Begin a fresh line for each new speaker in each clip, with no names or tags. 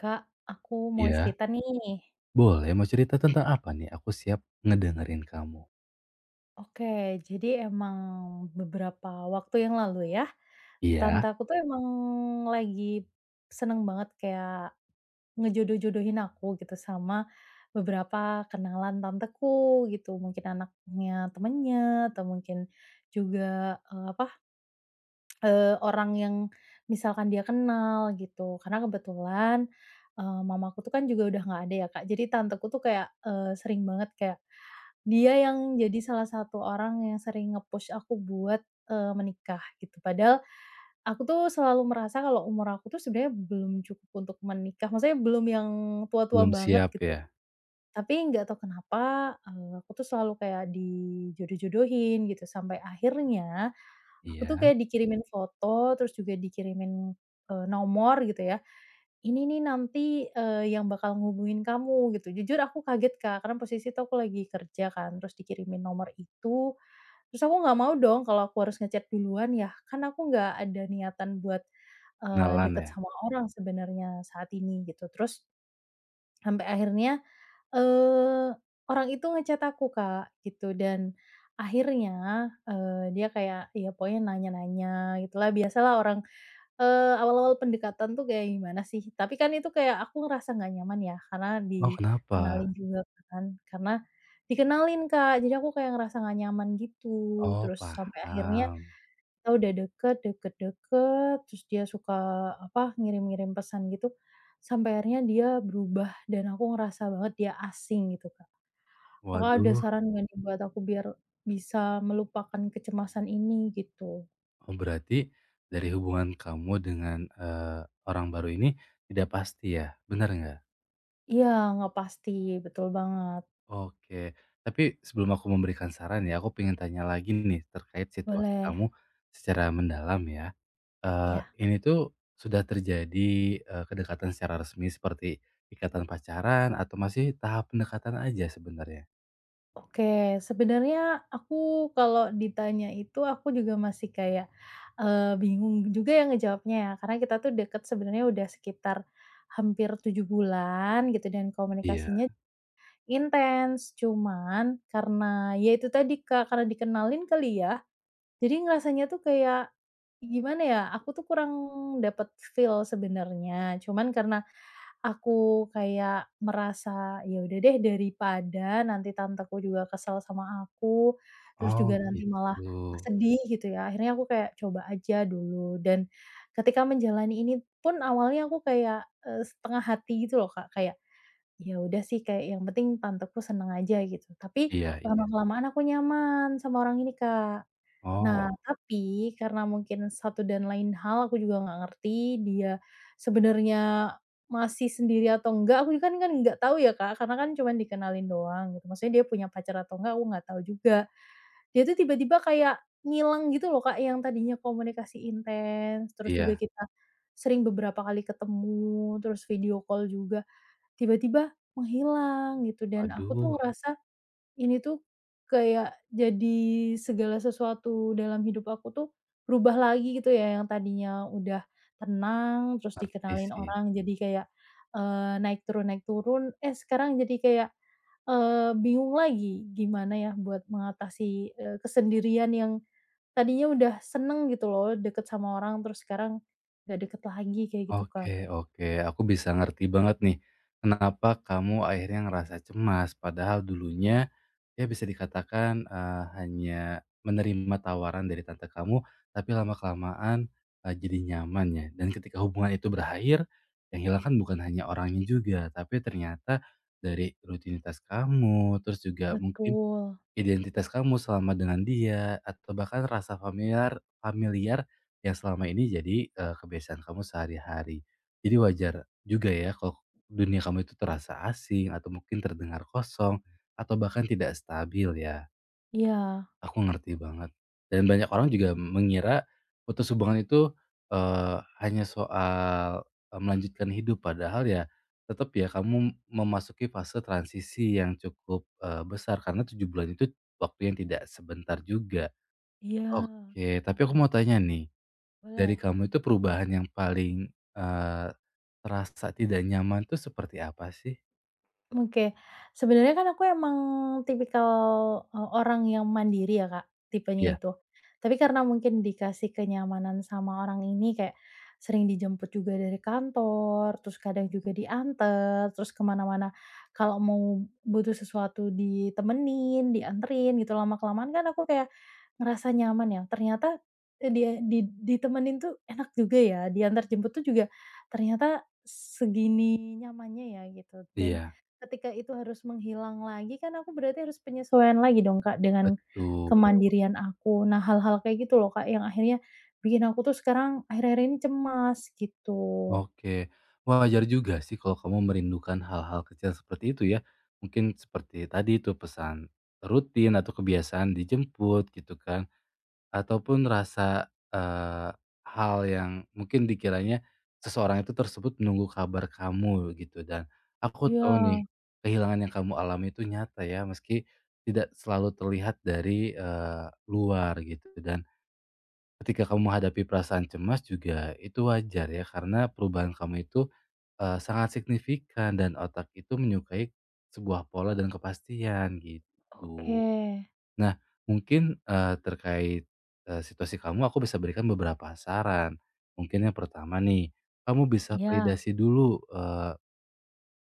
Kak, aku mau
Iya,
cerita nih.
boleh mau cerita tentang apa nih? Aku siap ngedengerin kamu.
Oke, jadi emang beberapa waktu yang lalu ya, tante
Iya?
aku tuh emang lagi seneng banget kayak ngejodoh-jodohin aku gitu sama beberapa kenalan tanteku gitu. Mungkin anaknya temennya atau mungkin juga apa orang yang misalkan dia kenal gitu. Karena kebetulan mamaku tuh kan juga udah nggak ada ya, Kak. Jadi tanteku tuh kayak sering banget kayak dia yang jadi salah satu orang yang sering nge-push aku buat, eee, menikah gitu. Padahal aku tuh selalu merasa kalau umur aku tuh sebenarnya belum cukup untuk menikah, maksudnya belum yang tua-tua
Belum
banget
siap
gitu.
ya?
Tapi nggak tahu kenapa, aku tuh selalu kayak dijodoh-jodohin gitu, sampai akhirnya aku tuh
Iya,
kayak dikirimin foto, terus juga dikirimin, nomor gitu ya. Ini nih nanti, yang bakal ngubungin kamu gitu. Jujur aku kaget, Kak, karena posisi itu aku lagi kerja kan, terus dikirimin nomor itu, terus aku nggak mau dong kalau aku harus nge duluan ya, kan aku nggak ada niatan buat,
kenalan
deket
ya?
sama orang sebenarnya saat ini gitu. Terus sampai akhirnya, eee, orang itu nge aku, Kak, gitu dan akhirnya, dia kayak ya pokoknya nanya-nanya gitulah, biasalah orang. Eee, awal-awal pendekatan tuh kayak gimana sih, tapi kan itu kayak aku ngerasa nggak nyaman ya, karena
Oh kenapa?
dikenalin juga kan, karena dikenalin, Kak, jadi aku kayak ngerasa nggak nyaman gitu,
Oh
terus sampai akhirnya
paham.
kita udah deket deket deket, terus dia suka, apa, ngirim-ngirim pesan gitu, sampai akhirnya dia berubah dan aku ngerasa banget dia asing gitu, Kak. Kakak ada
Waduh,
saran nggak nih buat aku biar bisa melupakan kecemasan ini gitu?
oh berarti dari hubungan kamu dengan, orang baru ini tidak pasti ya? Benar nggak?
Iya, nggak pasti, betul banget.
Oke, tapi sebelum aku memberikan saran ya, aku pengen tanya lagi nih terkait situasi
Boleh.
kamu secara mendalam ya.
Ya,
Ini tuh sudah terjadi, kedekatan secara resmi seperti ikatan pacaran atau masih tahap pendekatan aja sebenarnya?
oke. Sebenarnya aku kalau ditanya itu aku juga masih kayak, bingung juga yang ngejawabnya ya, karena kita tuh deket sebenarnya udah sekitar hampir 7 bulan gitu dan
Iya.
komunikasinya intens. Cuman karena ya itu tadi, Kak, karena dikenalin kali ya, jadi ngerasanya tuh kayak, gimana ya, aku tuh kurang dapet feel sebenarnya. Cuman karena aku kayak merasa, ya udah deh daripada nanti tanteku juga kesel sama aku, terus
Oh
juga nanti mhm malah
gitu.
sedih gitu ya, akhirnya aku kayak coba aja dulu dan ketika menjalani ini pun awalnya aku kayak, setengah hati gitu loh Kak, kayak, ya udah sih kayak yang penting tanteku seneng aja gitu, tapi
Iya, iya.
lama-kelamaan aku nyaman sama orang ini, Kak. Nah,
Oh,
tapi karena mungkin satu dan lain hal aku juga nggak ngerti dia sebenarnya masih sendiri atau enggak, aku kan kan nggak tahu ya, Kak, karena kan cuman dikenalin doang gitu. Maksudnya dia punya pacar atau enggak aku nggak tahu juga. Dia tuh tiba-tiba kayak ngilang gitu loh, Kak, yang tadinya komunikasi intens, terus juga
iya.
kita sering beberapa kali ketemu, terus video call juga, tiba-tiba menghilang gitu dan aku
Waduh,
tuh ngerasa ini tuh kayak jadi segala sesuatu dalam hidup aku tuh berubah lagi gitu ya, yang tadinya udah tenang, terus
ngerti
dikenalin
sih.
orang jadi kayak, naik turun, eh sekarang jadi kayak, bingung lagi gimana ya buat mengatasi, kesendirian yang tadinya udah seneng gitu loh deket sama orang, terus sekarang nggak deket lagi kayak gitu, Kak.
Oke, oke, aku bisa ngerti banget nih, kenapa kamu akhirnya ngerasa cemas padahal dulunya, ya bisa dikatakan, hanya menerima tawaran dari tante kamu, tapi lama-kelamaan, jadi nyaman ya, dan ketika hubungan itu berakhir, yang hilang kan bukan hanya orangnya juga, tapi ternyata dari rutinitas kamu, terus juga mungkin
Betul.
identitas kamu selama dengan dia, atau bahkan rasa familiar familiar yang selama ini jadi, kebiasaan kamu sehari-hari. Jadi wajar juga ya kalau dunia kamu itu terasa asing, atau mungkin terdengar kosong, atau bahkan tidak stabil ya.
Iya
Aku ngerti banget, dan banyak orang juga mengira putus hubungan itu, hanya soal, melanjutkan hidup padahal ya tetap ya kamu memasuki fase transisi yang cukup, besar karena 7 bulan itu waktu yang tidak sebentar juga.
iya,
Oke, tapi aku mau tanya nih, dari
boleh.
kamu itu perubahan yang paling, eee, terasa tidak nyaman tuh seperti apa sih?
Oke. Sebenarnya kan aku emang tipikal, orang yang mandiri ya, Kak, tipenya
Iya,
itu. Tapi karena mungkin dikasih kenyamanan sama orang ini kayak sering dijemput juga dari kantor, terus kadang juga diantar, terus kemana mana kalau mau butuh sesuatu ditemenin, dianterin gitu, lama-kelamaan kan aku kayak ngerasa nyaman ya, ternyata, dia ditemenin tuh enak juga ya, diantar jemput tuh juga ternyata segini nyamannya ya gitu dan
iya,
ketika itu harus menghilang lagi kan aku berarti harus penyesuaian lagi dong, Kak, dengan
betul.
kemandirian aku. Nah, hal-hal kayak gitu loh Kak, yang akhirnya bikin aku tuh sekarang akhir-akhir ini cemas gitu.
Oke. Wajar juga sih kalau kamu merindukan hal-hal kecil seperti itu ya. Mungkin seperti tadi itu pesan rutin atau kebiasaan dijemput gitu kan. Ataupun rasa, hal yang mungkin dikiranya seseorang itu tersebut menunggu kabar kamu gitu. Dan aku
Iya.
tahu nih kehilangan yang kamu alami itu nyata ya meski tidak selalu terlihat dari luar gitu. Dan ketika kamu menghadapi perasaan cemas juga itu wajar ya karena perubahan kamu itu, sangat signifikan dan otak itu menyukai sebuah pola dan kepastian
Oke.
gitu. Nah mungkin, terkait, situasi kamu aku bisa berikan beberapa saran. Mungkin yang pertama nih, kamu bisa
Iya
validasi dulu,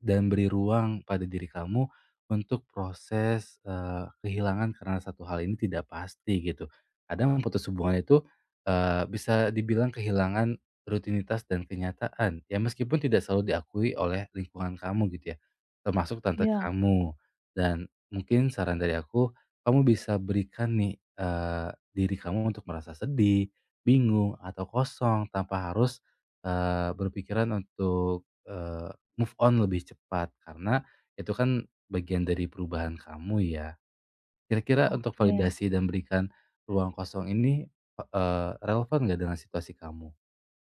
dan beri ruang pada diri kamu untuk proses, kehilangan karena satu hal ini tidak pasti gitu. Kadang memutus hubungan itu, bisa dibilang kehilangan rutinitas dan kenyataan. Ya meskipun tidak selalu diakui oleh lingkungan kamu gitu ya, termasuk tante
iya,
kamu. Dan mungkin saran dari aku, kamu bisa berikan nih, diri kamu untuk merasa sedih, bingung, atau kosong tanpa harus, berpikiran untuk move on lebih cepat karena itu kan bagian dari perubahan kamu ya. Kira-kira untuk
oke.
validasi dan berikan ruang kosong ini, relevan nggak dengan situasi kamu?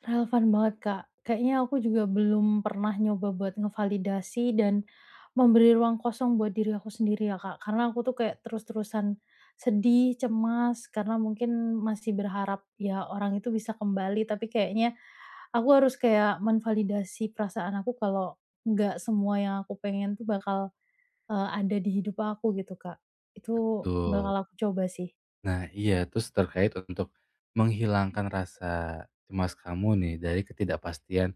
Relevan banget, Kak. Kayaknya aku juga belum pernah nyoba buat ngevalidasi dan memberi ruang kosong buat diri aku sendiri ya, Kak. Karena aku tuh kayak terus-terusan sedih, cemas, karena mungkin masih berharap ya orang itu bisa kembali, tapi kayaknya aku harus kayak menvalidasi perasaan aku kalau nggak semua yang aku pengen tuh bakal, ada di hidup aku gitu, Kak. Itu
Betul.
bakal aku coba sih.
Nah iya, terus terkait untuk menghilangkan rasa cemas kamu nih dari ketidakpastian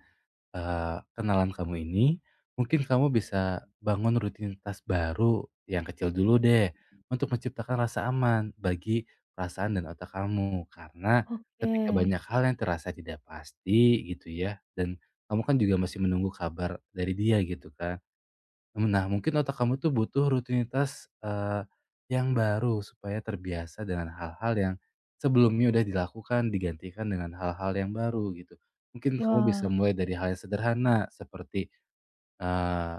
kenalan kamu ini, mungkin kamu bisa bangun rutinitas baru yang kecil dulu deh, untuk menciptakan rasa aman bagi perasaan dan otak kamu. Karena
Oke,
ketika banyak hal yang terasa tidak pasti gitu ya, dan kamu kan juga masih menunggu kabar dari dia gitu kan. Nah, mungkin otak kamu tuh butuh rutinitas, yang baru supaya terbiasa dengan hal-hal yang sebelumnya udah dilakukan, digantikan dengan hal-hal yang baru gitu. Mungkin kamu
wah.
bisa mulai dari hal yang sederhana seperti, eee,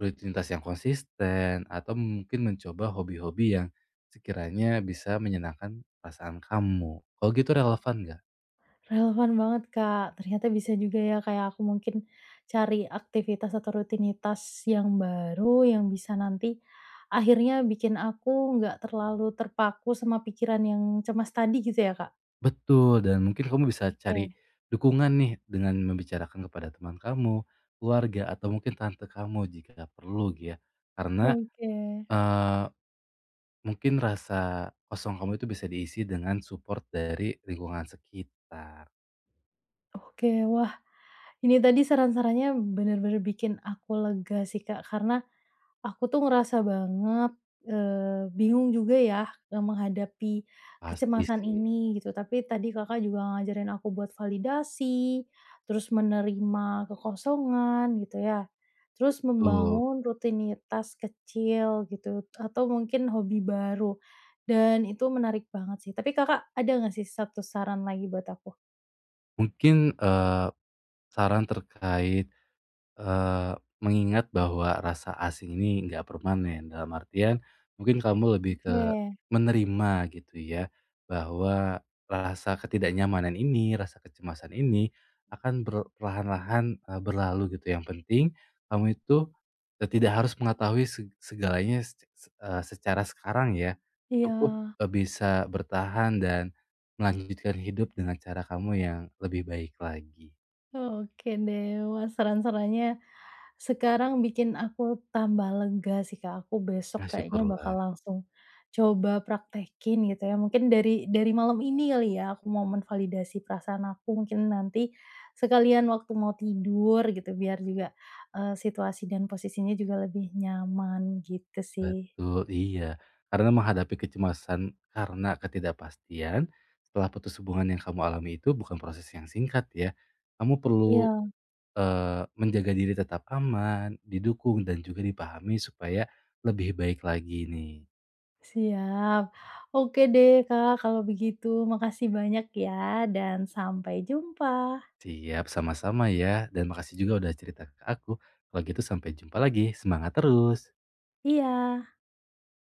rutinitas yang konsisten atau mungkin mencoba hobi-hobi yang sekiranya bisa menyenangkan perasaan kamu. Kalau gitu relevan nggak?
Relevan banget, Kak. Ternyata bisa juga ya kayak aku mungkin cari aktivitas atau rutinitas yang baru yang bisa nanti akhirnya bikin aku nggak terlalu terpaku sama pikiran yang cemas tadi gitu ya, Kak?
Betul, dan mungkin kamu bisa cari
Oke
dukungan nih dengan membicarakan kepada teman kamu, keluarga, atau mungkin tante kamu jika perlu gitu ya. Karena
oke.
eee, mungkin rasa kosong kamu itu bisa diisi dengan support dari lingkungan sekitar.
Oke, wah, ini tadi saran-sarannya bener-bener bikin aku lega sih, Kak, karena aku tuh ngerasa banget, bingung juga ya, menghadapi
Pasti
kecemasan
sih,
ini gitu. Tapi tadi Kakak juga ngajarin aku buat validasi, terus menerima kekosongan gitu ya, terus
tuh,
membangun rutinitas kecil gitu atau mungkin hobi baru, dan itu menarik banget sih. Tapi Kakak ada nggak sih satu saran lagi buat aku?
mungkin, saran terkait, mengingat bahwa rasa asing ini nggak permanen, dalam artian mungkin kamu lebih
Oke.
ke menerima gitu ya, bahwa rasa ketidaknyamanan ini, rasa kecemasan ini akan ber perlahan-lahan, berlalu gitu. Yang penting kamu itu, tidak harus mengetahui segalanya secara sekarang ya.
Iya.
Cukup, bisa bertahan dan melanjutkan hidup dengan cara kamu yang lebih baik lagi.
Oke deh, wah, saran-sarannya sekarang bikin aku tambah lega sih Kak, aku
Ya
besok kayaknya bakal
syukurlah.
langsung coba praktekin gitu ya, mungkin dari malam ini kali ya, aku mau menvalidasi perasaan aku, mungkin nanti sekalian waktu mau tidur gitu, biar juga, situasi dan posisinya juga lebih nyaman gitu sih.
Betul, iya. Karena menghadapi kecemasan karena ketidakpastian setelah putus hubungan yang kamu alami itu bukan proses yang singkat ya. Kamu perlu
Iya,
menjaga diri tetap aman, didukung dan juga dipahami supaya lebih baik lagi nih.
siap. Oke deh Kak, kalau begitu makasih banyak ya dan sampai jumpa.
Siap, sama-sama ya. Dan makasih juga udah cerita ke aku. Kalau gitu sampai jumpa lagi. Semangat terus.
Iya.